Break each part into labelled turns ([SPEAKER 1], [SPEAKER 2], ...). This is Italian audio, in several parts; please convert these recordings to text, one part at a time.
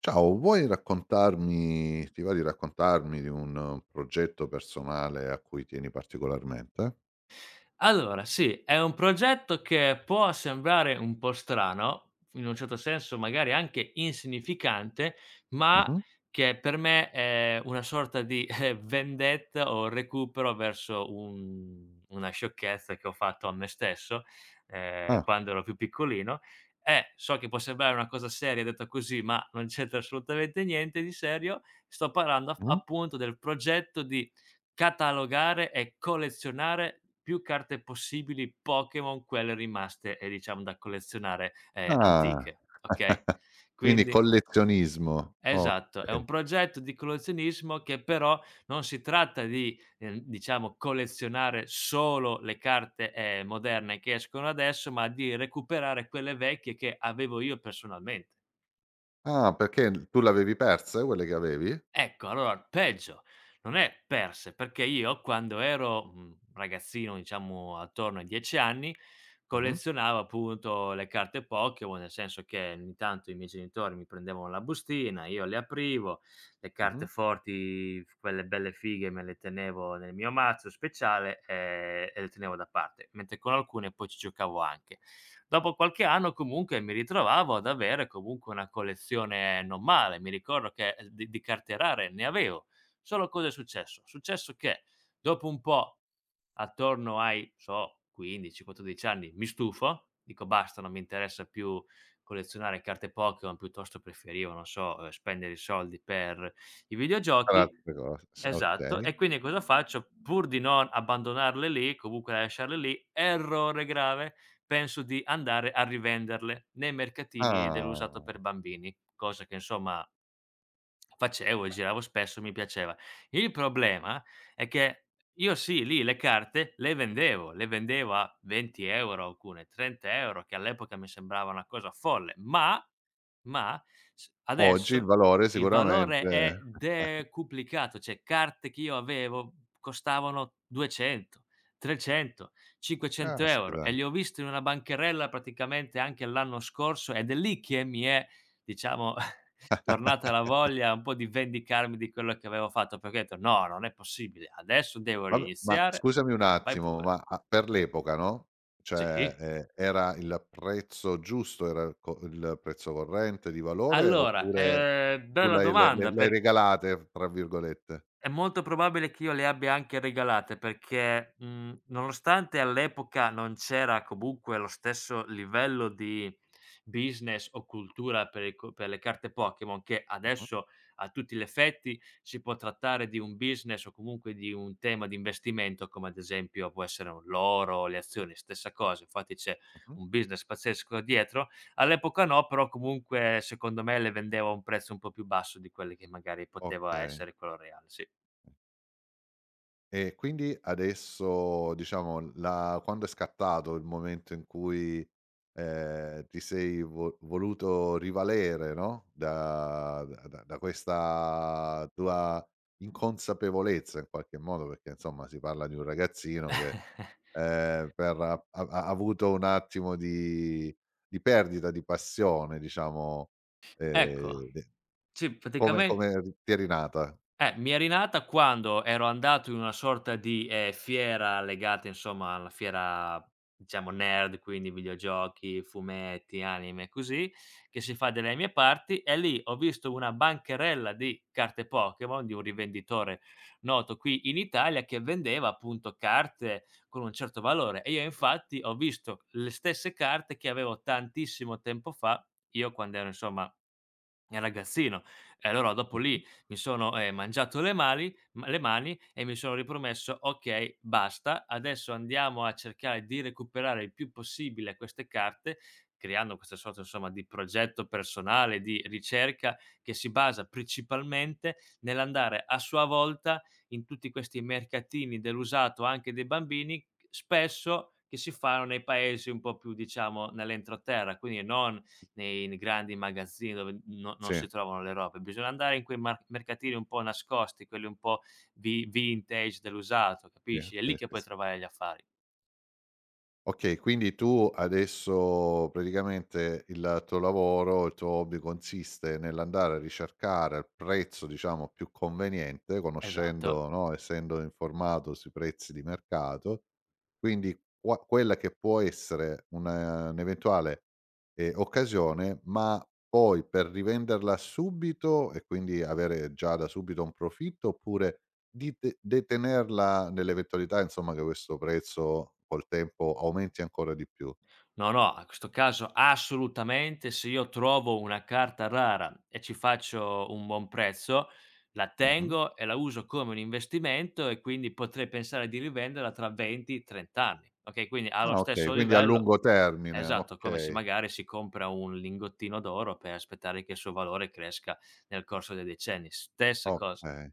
[SPEAKER 1] Ciao, vuoi raccontarmi ti va di raccontarmi di un progetto personale a cui tieni particolarmente?
[SPEAKER 2] Allora, sì, è un progetto che può sembrare un po' strano, in un certo senso magari anche insignificante, ma
[SPEAKER 1] Mh-mh.
[SPEAKER 2] che per me è una sorta di vendetta o recupero verso una sciocchezza che ho fatto a me stesso
[SPEAKER 1] Ah,
[SPEAKER 2] quando ero più piccolino. E so che può sembrare una cosa seria detta così, ma non c'entra assolutamente niente di serio. Sto parlando
[SPEAKER 1] mh-mh.
[SPEAKER 2] appunto del progetto di catalogare e collezionare più carte possibili Pokémon, quelle rimaste, diciamo da collezionare,
[SPEAKER 1] Ah.
[SPEAKER 2] antiche, okay?
[SPEAKER 1] Quindi
[SPEAKER 2] Quindi
[SPEAKER 1] collezionismo,
[SPEAKER 2] esatto, è un
[SPEAKER 1] okay.
[SPEAKER 2] progetto di collezionismo che però non si tratta di, diciamo collezionare solo le carte, moderne che escono adesso, ma di recuperare quelle vecchie che avevo io personalmente.
[SPEAKER 1] Ah, perché l tu l'avevi perse quelle che avevi?
[SPEAKER 2] Ecco, allora peggio, non è perse, perché io quando ero, ragazzino diciamo attorno ai 10 anni,
[SPEAKER 1] Mh-mh,
[SPEAKER 2] collezionavo appunto le carte Pokémon, nel senso che ogni tanto i miei genitori mi prendevano la bustina, io le aprivo, le
[SPEAKER 1] mh-mh.
[SPEAKER 2] carte forti, f quelle belle fighe me le tenevo nel mio mazzo speciale, e le tenevo da parte, mentre con alcune poi ci giocavo anche. Dopo qualche anno comunque mi ritrovavo ad avere comunque una collezione non male, mi ricordo che, di carte rare ne avevo. Solo cosa è successo? Successo che dopo un po', attorno ai, so, 15, 14 anni, mi stufo, dico: "Basta, non mi interessa più collezionare carte Pokémon", piuttosto preferivo, non so, spendere i soldi per i
[SPEAKER 1] Per
[SPEAKER 2] videogiochi.
[SPEAKER 1] altre cose, s
[SPEAKER 2] Esatto,
[SPEAKER 1] okay.
[SPEAKER 2] e quindi cosa faccio? Pur di non abbandonarle lì, comunque lasciarle lì errore grave, penso di andare a rivenderle nei mercatini dell'usato
[SPEAKER 1] Ah.
[SPEAKER 2] per bambini, cosa che insomma facevo, giravo spesso, mi piaceva. Il problema è che io sì, lì le carte le vendevo a 20 € alcune, 30 €, che all'epoca mi sembrava una cosa folle, ma s
[SPEAKER 1] Oggi il
[SPEAKER 2] adesso
[SPEAKER 1] valore
[SPEAKER 2] il valore è
[SPEAKER 1] sicuramente
[SPEAKER 2] decuplicato, cioè carte che io avevo costavano 200, 300, 500 €
[SPEAKER 1] caspita.
[SPEAKER 2] e li ho visti in una bancarella praticamente anche l'anno scorso ed è lì che mi è, diciamo tornata la voglia un po' di vendicarmi di quello che avevo fatto, perché ho detto: "No, non è possibile, adesso devo
[SPEAKER 1] Vabbè, ma
[SPEAKER 2] riiniziare."
[SPEAKER 1] scusami un
[SPEAKER 2] Vai
[SPEAKER 1] attimo,
[SPEAKER 2] pure.
[SPEAKER 1] ma a per l'epoca, no, cioè,
[SPEAKER 2] Sì.
[SPEAKER 1] era il prezzo giusto, era il co il prezzo corrente di valore
[SPEAKER 2] Allora,
[SPEAKER 1] oppure tu
[SPEAKER 2] bella
[SPEAKER 1] l'hai le le
[SPEAKER 2] domanda
[SPEAKER 1] le hai
[SPEAKER 2] per...
[SPEAKER 1] "regalate" tra virgolette?
[SPEAKER 2] È molto probabile che io le abbia anche regalate perché, nonostante all'epoca non c'era comunque lo stesso livello di business o cultura per i co per le carte Pokémon, che
[SPEAKER 1] Mh-mh,
[SPEAKER 2] adesso a tutti gli effetti si può trattare di un business o comunque di un tema di investimento, come ad esempio può essere un l'oro, le azioni, stessa cosa, infatti c'è
[SPEAKER 1] mh-mh,
[SPEAKER 2] un business pazzesco dietro. All'epoca no, però comunque secondo me le vendevo a un prezzo un po' più basso di quelli che magari poteva
[SPEAKER 1] okay.
[SPEAKER 2] essere quello reale, sì.
[SPEAKER 1] E quindi adesso diciamo la quando è scattato il momento in cui, ti sei vo voluto rivalere, no, da questa tua inconsapevolezza in qualche modo, perché insomma si parla di un ragazzino che, per ha ha ha avuto un attimo di perdita di passione diciamo,
[SPEAKER 2] Ecco,
[SPEAKER 1] de
[SPEAKER 2] sì,
[SPEAKER 1] come
[SPEAKER 2] praticamente...
[SPEAKER 1] ti è rinata?
[SPEAKER 2] Mi è rinata quando ero andato in una sorta di, fiera legata insomma alla fiera, diciamo nerd, quindi videogiochi, fumetti, anime e così, che si fa dalle mie parti e lì ho visto una bancherella di carte Pokémon di un rivenditore noto qui in Italia che vendeva appunto carte con un certo valore e io infatti ho visto le stesse carte che avevo tantissimo tempo fa, io quando ero insomma il ragazzino e allora dopo
[SPEAKER 1] Mh-mh.
[SPEAKER 2] lì mi sono, mangiato le mali m le mani e mi sono ripromesso: "Okay, basta, adesso andiamo a cercare di recuperare il più possibile queste carte", creando questa sorta, insomma, di progetto personale, di ricerca che si basa principalmente nell'andare a sua volta in tutti questi mercatini dell'usato, anche dei bambini, spesso che si fanno nei paesi un po' più, diciamo, nell'entroterra, quindi non nei grandi magazzini dove non
[SPEAKER 1] Sì,
[SPEAKER 2] si trovano le robe. Bisogna andare in quei mar mercatini un po' nascosti, quelli un po' vi vintage dell'usato,
[SPEAKER 1] sì,
[SPEAKER 2] capisci? È
[SPEAKER 1] sì,
[SPEAKER 2] lì che
[SPEAKER 1] sì,
[SPEAKER 2] puoi
[SPEAKER 1] sì.
[SPEAKER 2] trovare gli affari.
[SPEAKER 1] Okay, quindi tu adesso praticamente il tuo lavoro, il tuo hobby consiste nell'andare a ricercare il prezzo diciamo più conveniente,
[SPEAKER 2] Esatto.
[SPEAKER 1] conoscendo no, essendo informato sui prezzi di mercato, quindi qua quella che può essere una un'eventuale, occasione, ma poi per rivenderla subito e quindi avere già da subito un profitto, oppure di de detenerla nell'eventualità, insomma, che questo prezzo col tempo aumenti ancora di più.
[SPEAKER 2] No, no, a questo caso assolutamente se io trovo una carta rara e ci faccio un buon prezzo, la
[SPEAKER 1] Mh-mh.
[SPEAKER 2] tengo e la uso come un investimento e quindi potrei pensare di rivenderla tra 20, 30 anni. Okay, quindi allo
[SPEAKER 1] Ah, okay,
[SPEAKER 2] stesso
[SPEAKER 1] quindi a
[SPEAKER 2] livello
[SPEAKER 1] lungo termine,
[SPEAKER 2] esatto, come se
[SPEAKER 1] okay,
[SPEAKER 2] magari si compra un lingottino d'oro per aspettare che il suo valore cresca nel corso dei decenni. Stessa cosa.
[SPEAKER 1] okay,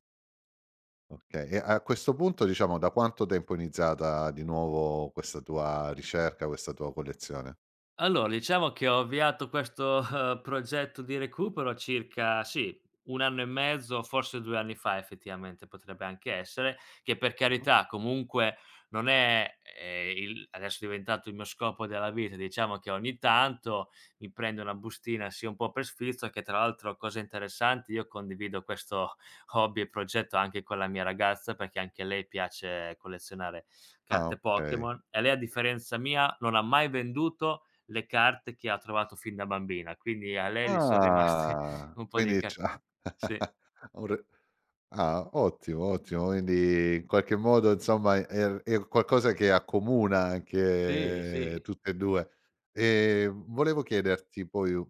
[SPEAKER 1] okay. E a questo punto, diciamo, da quanto tempo è iniziata di nuovo questa tua ricerca, questa tua collezione?
[SPEAKER 2] Allora, diciamo che ho avviato questo, progetto di recupero circa sì, 1 anno e mezzo, forse 2 anni fa effettivamente potrebbe anche essere, che per
[SPEAKER 1] Mh-mh.
[SPEAKER 2] carità comunque non è, il adesso è diventato il mio scopo della vita, diciamo che ogni tanto mi prendo una bustina sia un po' per sfizio che tra l'altro, cosa interessante, io condivido questo hobby e progetto anche con la mia ragazza, perché anche a lei piace collezionare
[SPEAKER 1] Ah,
[SPEAKER 2] carte
[SPEAKER 1] okay.
[SPEAKER 2] Pokémon e lei a differenza mia non ha mai venduto le carte che ha trovato fin da bambina, quindi a lei gli son rimaste
[SPEAKER 1] Ah,
[SPEAKER 2] un po' di
[SPEAKER 1] quindi
[SPEAKER 2] carte.
[SPEAKER 1] c'ha
[SPEAKER 2] Sì,
[SPEAKER 1] un re Ah, ottimo, ottimo. Quindi in qualche modo insomma è qualcosa che accomuna
[SPEAKER 2] sì,
[SPEAKER 1] anche
[SPEAKER 2] sì.
[SPEAKER 1] tutte e 2. Volevo chiederti poi,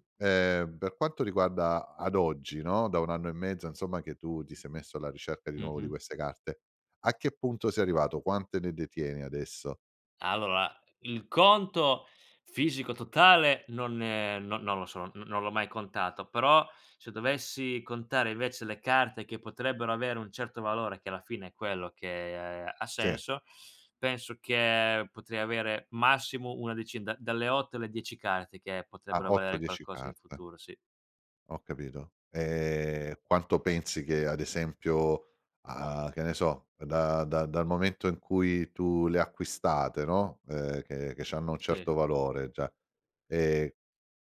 [SPEAKER 1] per quanto riguarda ad oggi, no, da 1 anno e mezzo insomma che tu ti sei messo alla ricerca di nuovo di
[SPEAKER 2] Mh-mh.
[SPEAKER 1] queste carte, a che punto sei arrivato? Quante ne detieni adesso?
[SPEAKER 2] Allora, il conto fisico totale non no non lo so, n non l'ho mai contato, però se dovessi contare invece le carte che potrebbero avere un certo valore, che alla fine è quello che ha
[SPEAKER 1] Sì,
[SPEAKER 2] senso, penso che potrei avere massimo una decina, da dalle 8 alle 10 carte che
[SPEAKER 1] a
[SPEAKER 2] potrebbero
[SPEAKER 1] 8,
[SPEAKER 2] valere
[SPEAKER 1] 10
[SPEAKER 2] qualcosa in
[SPEAKER 1] carte.
[SPEAKER 2] futuro, sì.
[SPEAKER 1] Ho capito. E quanto pensi che ad esempio, a che ne so, da da dal momento in cui tu le acquistate, no, che c'hanno un
[SPEAKER 2] Sì.
[SPEAKER 1] certo valore già, ehm,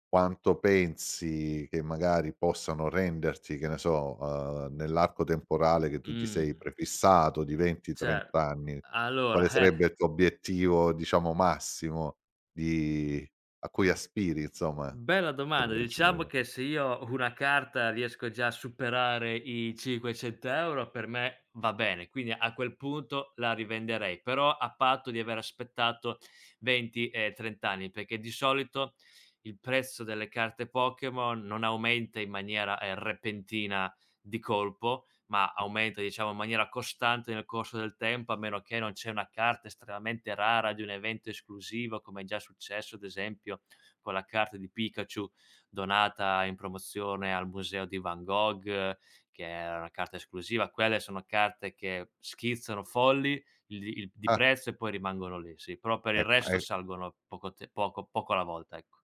[SPEAKER 1] quanto pensi che magari possano renderti, che ne so, nell'arco temporale che tu ti sei
[SPEAKER 2] Mh.
[SPEAKER 1] prefissato di 20,
[SPEAKER 2] Cer
[SPEAKER 1] 30 anni,
[SPEAKER 2] allora,
[SPEAKER 1] quale sarebbe il tuo obiettivo, diciamo, massimo di a cui aspiri insomma,
[SPEAKER 2] bella
[SPEAKER 1] per
[SPEAKER 2] domanda. Diciamo
[SPEAKER 1] raggiungere
[SPEAKER 2] che se io ho una carta riesco già a superare i 500 € per me va bene, quindi a quel punto la rivenderei, però a patto di aver aspettato 20 e 30 anni, perché di solito il prezzo delle carte Pokémon non aumenta in maniera, repentina di colpo, ma aumenta diciamo in maniera costante nel corso del tempo, a meno che non c'è una carta estremamente rara di un evento esclusivo, come è già successo ad esempio con la carta di Pikachu donata in promozione al museo di Van Gogh, che era una carta esclusiva. Quelle sono carte che schizzano folli il di
[SPEAKER 1] Ah.
[SPEAKER 2] prezzo e poi rimangono lì, sì, però per il
[SPEAKER 1] Ecco,
[SPEAKER 2] resto salgono poco te poco alla volta, ecco.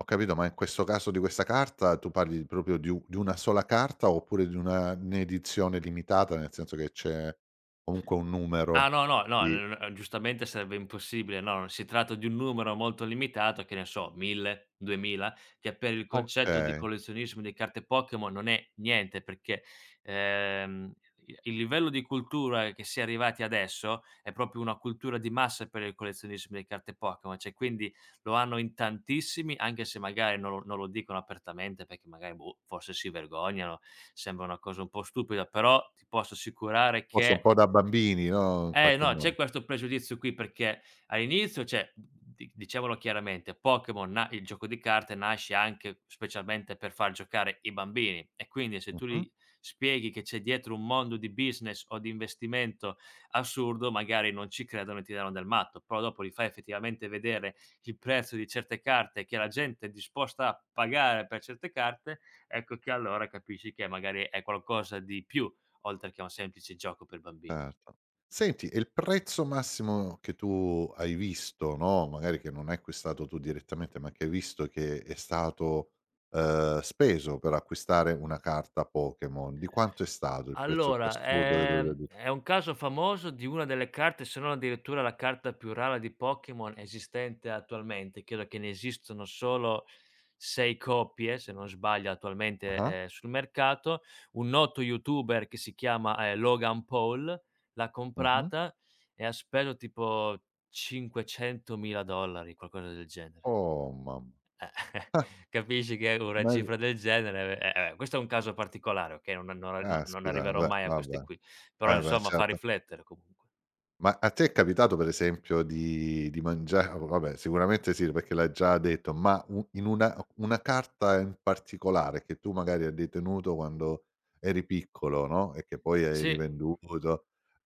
[SPEAKER 1] ho capito, ma in questo caso di questa carta tu parli proprio di u di una sola carta oppure di una n'edizione limitata, nel senso che c'è comunque un
[SPEAKER 2] Ah
[SPEAKER 1] numero
[SPEAKER 2] no, no, no,
[SPEAKER 1] di
[SPEAKER 2] n n giustamente sarebbe impossibile, no, si tratta di un numero molto limitato, che ne so, 1000, 2000, che per il concetto di
[SPEAKER 1] okay,
[SPEAKER 2] collezionismo di carte Pokémon non è niente, perché, ehm, il livello di cultura che si è arrivati adesso è proprio una cultura di massa per il collezionismo di carte Pokémon, cioè quindi lo hanno in tantissimi, anche se magari non lo dicono apertamente perché magari, boh, forse si vergognano, sembra una cosa un po' stupida, però ti posso assicurare
[SPEAKER 1] forse un
[SPEAKER 2] che...
[SPEAKER 1] po' da bambini, no, in
[SPEAKER 2] Eh
[SPEAKER 1] qualche
[SPEAKER 2] no,
[SPEAKER 1] modo.
[SPEAKER 2] c'è questo pregiudizio qui perché all'inizio cioè, di diciamolo chiaramente, Pokémon na il gioco di carte nasce anche specialmente per far giocare i bambini e quindi se tu
[SPEAKER 1] Mh-mh,
[SPEAKER 2] gli spieghi che c'è dietro un mondo di business o di investimento assurdo, magari non ci credono e ti danno del matto, però dopo li fai effettivamente vedere il prezzo di certe carte che la gente è disposta a pagare per certe carte, ecco che allora capisci che magari è qualcosa di più, oltre che un semplice gioco per bambini.
[SPEAKER 1] certo. Senti, e il prezzo massimo che tu hai visto, no, magari che non hai acquistato tu direttamente, ma che hai visto che è stato, speso per acquistare una carta Pokémon, di quanto è stato il prezzo più
[SPEAKER 2] Allora,
[SPEAKER 1] assurdo che hai dovuto di
[SPEAKER 2] è un caso famoso di una delle carte, se non addirittura la carta più rara di Pokémon esistente attualmente. Credo che ne esistono solo 6 copie, se non sbaglio, attualmente,
[SPEAKER 1] ah-ah.
[SPEAKER 2] sul mercato. Un noto youtuber che si chiama, Logan Paul l'ha
[SPEAKER 1] Mh-mh.
[SPEAKER 2] comprata e ha speso tipo $500.000, qualcosa del genere.
[SPEAKER 1] Oh mamma.
[SPEAKER 2] Eh,
[SPEAKER 1] Ah,
[SPEAKER 2] capisci che una
[SPEAKER 1] ma è
[SPEAKER 2] cifra del genere questo è un caso particolare, okay, non
[SPEAKER 1] caspita,
[SPEAKER 2] arriverò
[SPEAKER 1] beh,
[SPEAKER 2] mai a queste
[SPEAKER 1] vabbè.
[SPEAKER 2] qui, però
[SPEAKER 1] Eh beh,
[SPEAKER 2] insomma fa
[SPEAKER 1] certo.
[SPEAKER 2] riflettere comunque.
[SPEAKER 1] Ma a te è capitato per esempio di mangia vabbè sicuramente sì, perché l'hai già detto, ma u in una carta in particolare che tu magari hai detenuto quando eri piccolo, no, e che poi hai
[SPEAKER 2] Sì.
[SPEAKER 1] rivenduto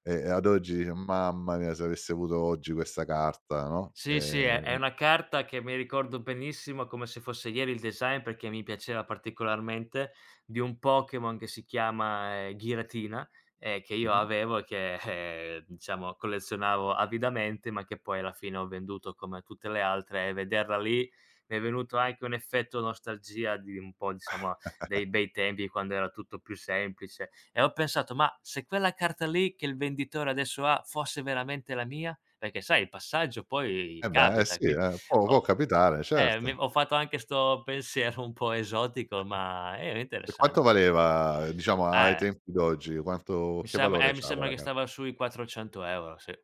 [SPEAKER 1] e ad oggi dici: "Mamma mia, se avessi avuto oggi questa carta", no,
[SPEAKER 2] Sì, sì, è una carta che mi ricordo benissimo, come se fosse ieri il design, perché mi piaceva particolarmente, di un Pokémon che si chiama, Giratina, che io
[SPEAKER 1] mh-mh.
[SPEAKER 2] avevo e che, diciamo collezionavo avidamente, ma che poi alla fine ho venduto come tutte le altre e vederla lì mi è venuto anche un effetto nostalgia di un po' diciamo dei bei tempi quando era tutto più semplice e ho pensato: "Ma se quella carta lì che il venditore adesso ha fosse veramente la mia?" Perché sai il passaggio poi
[SPEAKER 1] Eh beh, eh
[SPEAKER 2] capita,
[SPEAKER 1] sì,
[SPEAKER 2] quin
[SPEAKER 1] può
[SPEAKER 2] ho
[SPEAKER 1] capitare,
[SPEAKER 2] mi
[SPEAKER 1] certo.
[SPEAKER 2] ho fatto anche 'sto pensiero un po' esotico, ma era
[SPEAKER 1] E
[SPEAKER 2] interessan
[SPEAKER 1] quanto valeva, diciamo, ai
[SPEAKER 2] eh,
[SPEAKER 1] tempi d'oggi? Quanto che valore
[SPEAKER 2] mi
[SPEAKER 1] c'ha
[SPEAKER 2] sembra
[SPEAKER 1] quella
[SPEAKER 2] che
[SPEAKER 1] car
[SPEAKER 2] stava sui 400 €, sì.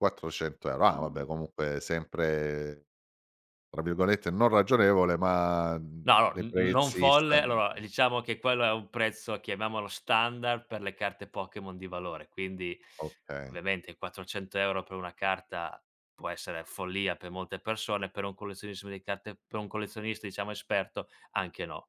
[SPEAKER 1] 400 €. Ah, vabbè, comunque sempre, tra virgolette, "non ragionevole", ma, mhmm,
[SPEAKER 2] No, no,
[SPEAKER 1] dei
[SPEAKER 2] n non
[SPEAKER 1] prezzi sta
[SPEAKER 2] folle, allora diciamo che quello è un prezzo, chiamiamolo standard, per le carte Pokémon di valore, quindi
[SPEAKER 1] okay.
[SPEAKER 2] ovviamente 400 € per una carta può essere follia per molte persone, per un collezionismo di carte per un collezionista diciamo esperto anche no.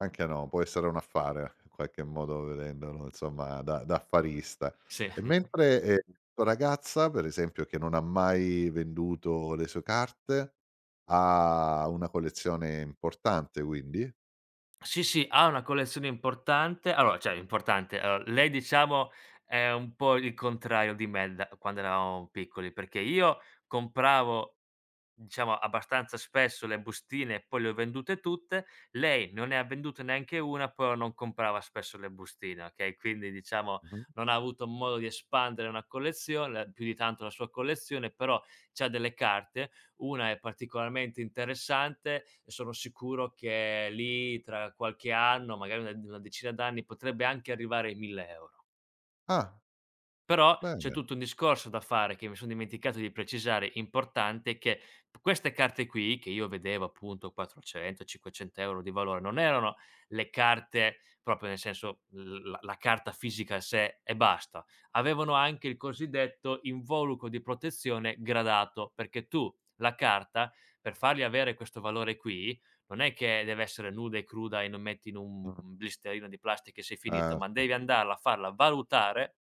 [SPEAKER 1] Anche no, può essere un affare, in qualche modo, vedendolo, insomma, da affarista.
[SPEAKER 2] Sì.
[SPEAKER 1] E mentre, tua ragazza, per esempio, che non ha mai venduto le sue carte, ha una collezione importante, quindi?
[SPEAKER 2] Sì, sì, ha una collezione importante allora, cioè importante, lei diciamo è un po' il contrario di me da quando eravamo piccoli, perché io compravo diciamo abbastanza spesso le bustine e poi le ho vendute tutte. Lei non ne ha vendute neanche una, però non comprava spesso le bustine, okay, quindi diciamo
[SPEAKER 1] Mh-mh.
[SPEAKER 2] non ha avuto modo di espandere una collezione più di tanto la sua collezione, però c'ha delle carte, una è particolarmente interessante e sono sicuro che lì tra qualche anno, magari una decina d'anni, potrebbe anche arrivare ai 1000 euro.
[SPEAKER 1] Ah,
[SPEAKER 2] Però c'è
[SPEAKER 1] bene.
[SPEAKER 2] tutto un discorso da fare, che mi son dimenticato di precisare, importante, che p queste carte qui, che io vedevo appunto 400, 500 € di valore, non erano le carte proprio nel senso l la la carta fisica a sé e basta. Avevano anche il cosiddetto involucro di protezione gradato, perché tu la carta per fargli avere questo valore qui, non è che deve essere nuda e cruda e non metti in un
[SPEAKER 1] Mh.
[SPEAKER 2] blisterino di plastica e sei finito,
[SPEAKER 1] Ah.
[SPEAKER 2] ma devi andarla a farla valutare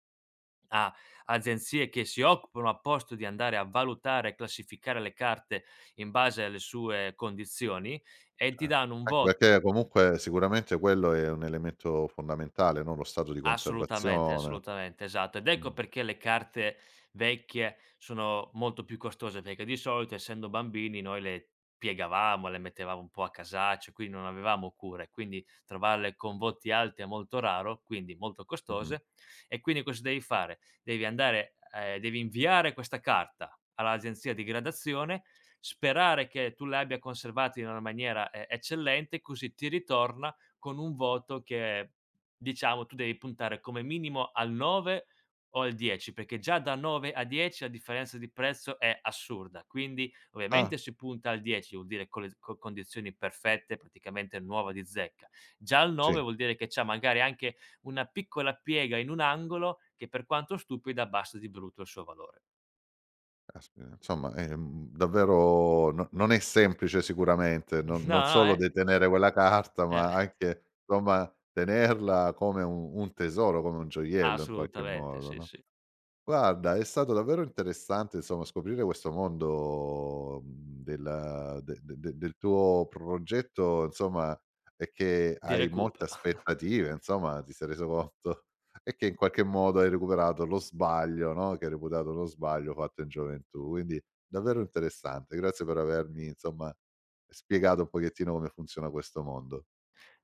[SPEAKER 2] a agenzie che si occupano apposta di andare a valutare e classificare le carte in base alle sue condizioni e ti
[SPEAKER 1] Eh,
[SPEAKER 2] danno un
[SPEAKER 1] anche
[SPEAKER 2] voto.
[SPEAKER 1] perché comunque sicuramente quello è un elemento fondamentale, no, lo stato di
[SPEAKER 2] Assolutamente,
[SPEAKER 1] conservazione.
[SPEAKER 2] assolutamente, esatto. Ed ecco
[SPEAKER 1] Mh,
[SPEAKER 2] perché le carte vecchie sono molto più costose, perché di solito essendo bambini noi le piegavamo, le mettevamo un po' a casaccio, quindi non avevamo cure, quindi trovarle con voti alti è molto raro, quindi molto
[SPEAKER 1] mh-mh.
[SPEAKER 2] costose. E quindi cosa devi fare? Devi andare devi inviare questa carta all'agenzia di gradazione, sperare che tu le abbia conservate in una maniera, eccellente, così ti ritorna con un voto che diciamo tu devi puntare come minimo al 9 o al 10, perché già da 9 a 10 la differenza di prezzo è assurda. Quindi
[SPEAKER 1] Ah,
[SPEAKER 2] ovviamente si punta al 10, vuol dire con le co condizioni perfette, praticamente nuova di zecca. Già al 9
[SPEAKER 1] sì,
[SPEAKER 2] vuol dire che c'ha magari anche una piccola piega in un angolo che per quanto stupida abbassa di brutto il suo valore.
[SPEAKER 1] caspita, insomma è, mhmm, davvero no non è semplice sicuramente, non
[SPEAKER 2] No, no,
[SPEAKER 1] solo detenere quella carta,
[SPEAKER 2] eh,
[SPEAKER 1] ma anche, insomma, tenerla come un tesoro, come un gioiello in qualche
[SPEAKER 2] assolutamente,
[SPEAKER 1] modo,
[SPEAKER 2] sì,
[SPEAKER 1] no?
[SPEAKER 2] sì,
[SPEAKER 1] Guarda, è stato davvero interessante, insomma, scoprire questo mondo, mhmm, del de de de del tuo progetto, insomma, e che
[SPEAKER 2] di
[SPEAKER 1] hai molte
[SPEAKER 2] recupero.
[SPEAKER 1] aspettative, insomma, ti sei reso conto e che in qualche modo hai recuperato lo sbaglio, no, che hai reputato uno sbaglio fatto in gioventù. Quindi davvero interessante. Grazie per avermi, insomma, spiegato un pochettino come funziona questo mondo.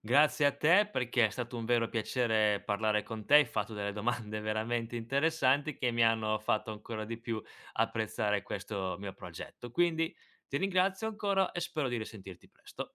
[SPEAKER 2] Grazie a te perché è stato un vero piacere parlare con te, hai fatto delle domande veramente interessanti che mi hanno fatto ancora di più apprezzare questo mio progetto. Quindi ti ringrazio ancora e spero di risentirti presto.